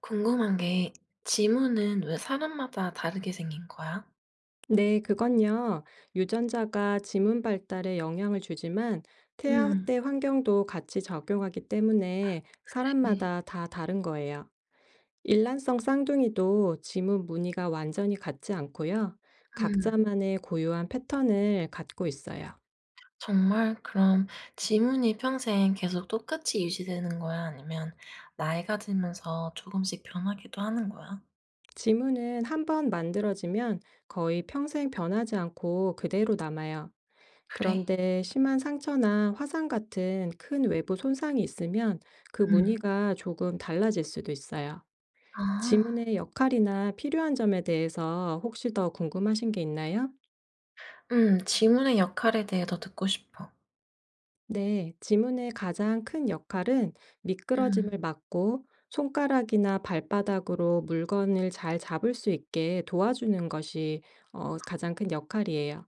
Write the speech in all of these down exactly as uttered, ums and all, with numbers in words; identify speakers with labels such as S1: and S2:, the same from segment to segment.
S1: 궁금한 게 지문은 왜 사람마다 다르게 생긴 거야?
S2: 네, 그건요. 유전자가 지문 발달에 영향을 주지만 태아
S1: 음.
S2: 때 환경도 같이 적용하기 때문에
S1: 네.
S2: 사람마다 다 다른 거예요. 일란성 쌍둥이도 지문 무늬가 완전히 같지 않고요.
S1: 음.
S2: 각자만의 고유한 패턴을 갖고 있어요.
S1: 정말 그럼 지문이 평생 계속 똑같이 유지되는 거야? 아니면 나이가 들면서 조금씩 변하기도 하는 거야?
S2: 지문은 한번 만들어지면 거의 평생 변하지 않고 그대로 남아요.
S1: 그래?
S2: 그런데 심한 상처나 화상 같은 큰 외부 손상이 있으면 그
S1: 음.
S2: 무늬가 조금 달라질 수도 있어요.
S1: 아.
S2: 지문의 역할이나 필요한 점에 대해서 혹시 더 궁금하신 게 있나요?
S1: 음. 지문의 역할에 대해 더 듣고 싶어.
S2: 네, 지문의 가장 큰 역할은
S1: 음.
S2: 미끄러짐을 막고 손가락이나 발바닥으로 물건을 잘 잡을 수 있게 도와주는 것이 어, 가장 큰 역할이에요.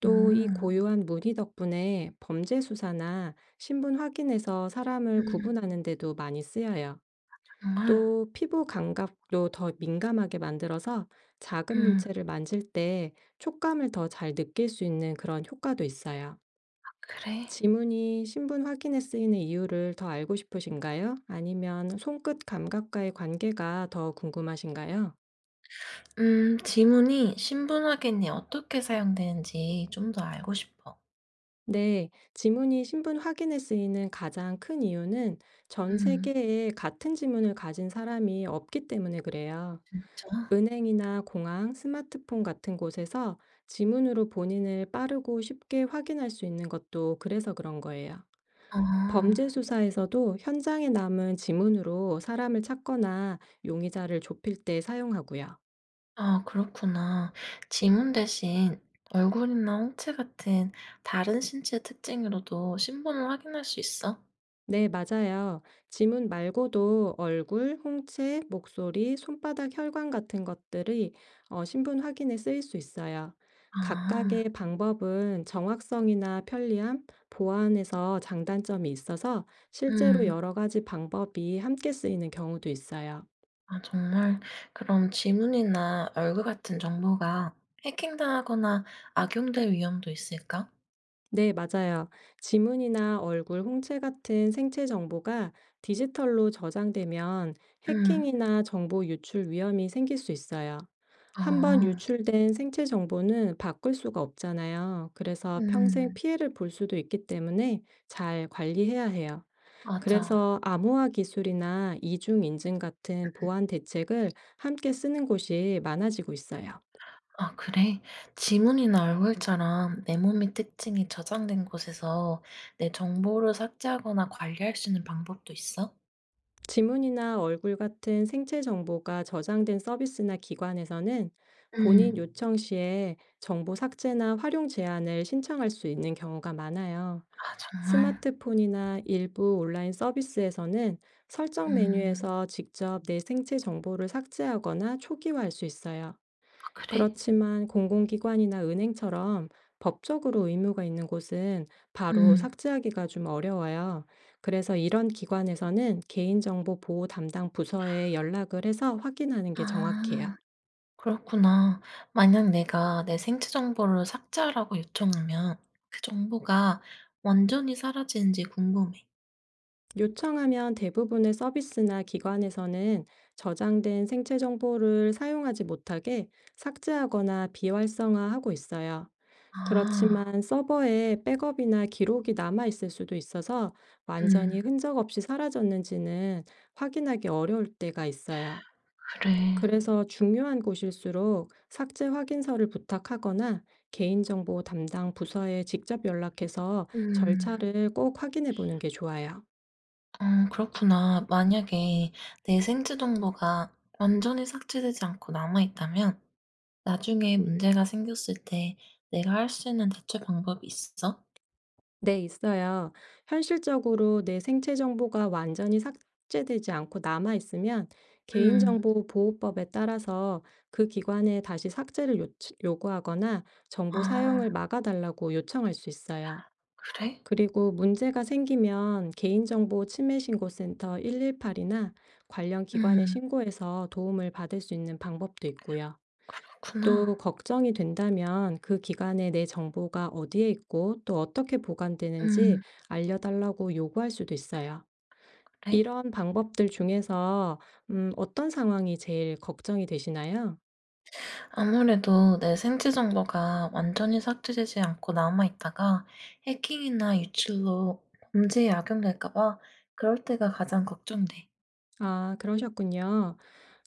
S2: 또 이
S1: 음.
S2: 고요한 무늬 덕분에 범죄 수사나 신분 확인에서 사람을
S1: 음.
S2: 구분하는 데도 많이 쓰여요.
S1: 정말?
S2: 또 피부 감각도 더 민감하게 만들어서 작은
S1: 음.
S2: 물체를 만질 때 촉감을 더 잘 느낄 수 있는 그런 효과도 있어요.
S1: 그래?
S2: 지문이 신분 확인에 쓰이는 이유를 더 알고 싶으신가요? 아니면 손끝 감각과의 관계가 더 궁금하신가요?
S1: 음. 지문이 신분 확인에 어떻게 사용되는지 좀 더 알고 싶어.
S2: 네, 지문이 신분 확인에 쓰이는 가장 큰 이유는 전
S1: 음.
S2: 세계에 같은 지문을 가진 사람이 없기 때문에 그래요. 은행이나 공항, 스마트폰 같은 곳에서 지문으로 본인을 빠르고 쉽게 확인할 수 있는 것도 그래서 그런 거예요. 범죄
S1: 아.
S2: 수사에서도 현장에 남은 지문으로 사람을 찾거나 용의자를 좁힐 때 사용하고요.
S1: 아 그렇구나. 지문 대신 얼굴이나 홍채 같은 다른 신체 특징으로도 신분을 확인할 수 있어?
S2: 네, 맞아요. 지문 말고도 얼굴, 홍채, 목소리, 손바닥 혈관 같은 것들이 어, 신분 확인에 쓰일 수 있어요.
S1: 아.
S2: 각각의 방법은 정확성이나 편리함, 보안에서 장단점이 있어서 실제로
S1: 음.
S2: 여러 가지 방법이 함께 쓰이는 경우도 있어요.
S1: 아 정말 그럼 지문이나 얼굴 같은 정보가 해킹당하거나 악용될 위험도 있을까?
S2: 네, 맞아요. 지문이나 얼굴, 홍채 같은 생체 정보가 디지털로 저장되면
S1: 음.
S2: 해킹이나 정보 유출 위험이 생길 수 있어요. 한번
S1: 아.
S2: 유출된 생체 정보는 바꿀 수가 없잖아요. 그래서 평생
S1: 음.
S2: 피해를 볼 수도 있기 때문에 잘 관리해야 해요.
S1: 맞아.
S2: 그래서 암호화 기술이나 이중 인증 같은 보안 대책을 함께 쓰는 곳이 많아지고 있어요.
S1: 아, 그래? 지문이나 얼굴처럼 내 몸의 특징이 저장된 곳에서 내 정보를 삭제하거나 관리할 수 있는 방법도 있어?
S2: 지문이나 얼굴 같은 생체 정보가 저장된 서비스나 기관에서는 본인
S1: 음,
S2: 요청 시에 정보 삭제나 활용 제한을 신청할 수 있는 경우가 많아요.
S1: 아, 정말?
S2: 스마트폰이나 일부 온라인 서비스에서는 설정
S1: 음,
S2: 메뉴에서 직접 내 생체 정보를 삭제하거나 초기화할 수 있어요.
S1: 아, 그래?
S2: 그렇지만 공공기관이나 은행처럼 법적으로 의무가 있는 곳은 바로
S1: 음,
S2: 삭제하기가 좀 어려워요. 그래서 이런 기관에서는 개인정보 보호 담당 부서에 연락을 해서 확인하는 게
S1: 아,
S2: 정확해요.
S1: 그렇구나. 만약 내가 내 생체 정보를 삭제하라고 요청하면 그 정보가 완전히 사라지는지 궁금해.
S2: 요청하면 대부분의 서비스나 기관에서는 저장된 생체 정보를 사용하지 못하게 삭제하거나 비활성화하고 있어요.
S1: 아,
S2: 그렇지만 서버에 백업이나 기록이 남아 있을 수도 있어서 완전히
S1: 음,
S2: 흔적 없이 사라졌는지는 확인하기 어려울 때가 있어요.
S1: 그래.
S2: 그래서 중요한 곳일수록 삭제 확인서를 부탁하거나 개인정보 담당 부서에 직접 연락해서
S1: 음.
S2: 절차를 꼭 확인해 보는 게 좋아요.
S1: 어 그렇구나. 만약에 내 생체 정보가 완전히 삭제되지 않고 남아 있다면 나중에 문제가 생겼을 때 내가 할 수 있는 대처 방법이 있어?
S2: 네, 있어요. 현실적으로 내 생체 정보가 완전히 삭제되지 않고 남아 있으면
S1: 음.
S2: 개인정보 보호법에 따라서 그 기관에 다시 삭제를 요치- 요구하거나 정보 사용을
S1: 아
S2: 막아달라고 요청할 수 있어요.
S1: 그래?
S2: 그리고 문제가 생기면 개인정보 침해 신고센터 일일팔이나 관련 기관에
S1: 음
S2: 신고해서 도움을 받을 수 있는 방법도 있고요. 또
S1: 그렇구나.
S2: 걱정이 된다면 그 기간에 내 정보가 어디에 있고 또 어떻게 보관되는지
S1: 음
S2: 알려달라고 요구할 수도 있어요.
S1: 그래?
S2: 이런 방법들 중에서 음, 어떤 상황이 제일 걱정이 되시나요?
S1: 아무래도 내 생체 정보가 완전히 삭제되지 않고 남아 있다가 해킹이나 유출로 범죄에 악용될까 봐 그럴 때가 가장 걱정돼.
S2: 아, 그러셨군요.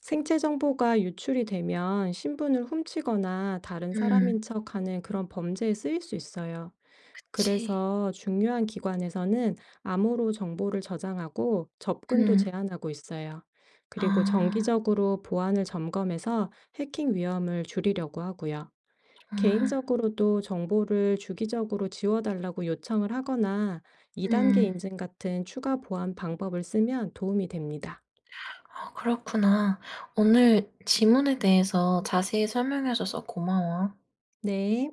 S2: 생체 정보가 유출이 되면 신분을 훔치거나 다른
S1: 음
S2: 사람인 척하는 그런 범죄에 쓰일 수 있어요.
S1: 그치.
S2: 그래서 중요한 기관에서는 암호로 정보를 저장하고 접근도
S1: 음.
S2: 제한하고 있어요. 그리고
S1: 아
S2: 정기적으로 보안을 점검해서 해킹 위험을 줄이려고 하고요.
S1: 정말.
S2: 개인적으로도 정보를 주기적으로 지워달라고 요청을 하거나 이 단계
S1: 음.
S2: 인증 같은 추가 보안 방법을 쓰면 도움이 됩니다.
S1: 아 그렇구나. 오늘 지문에 대해서 자세히 설명해 줘서 고마워.
S2: 네.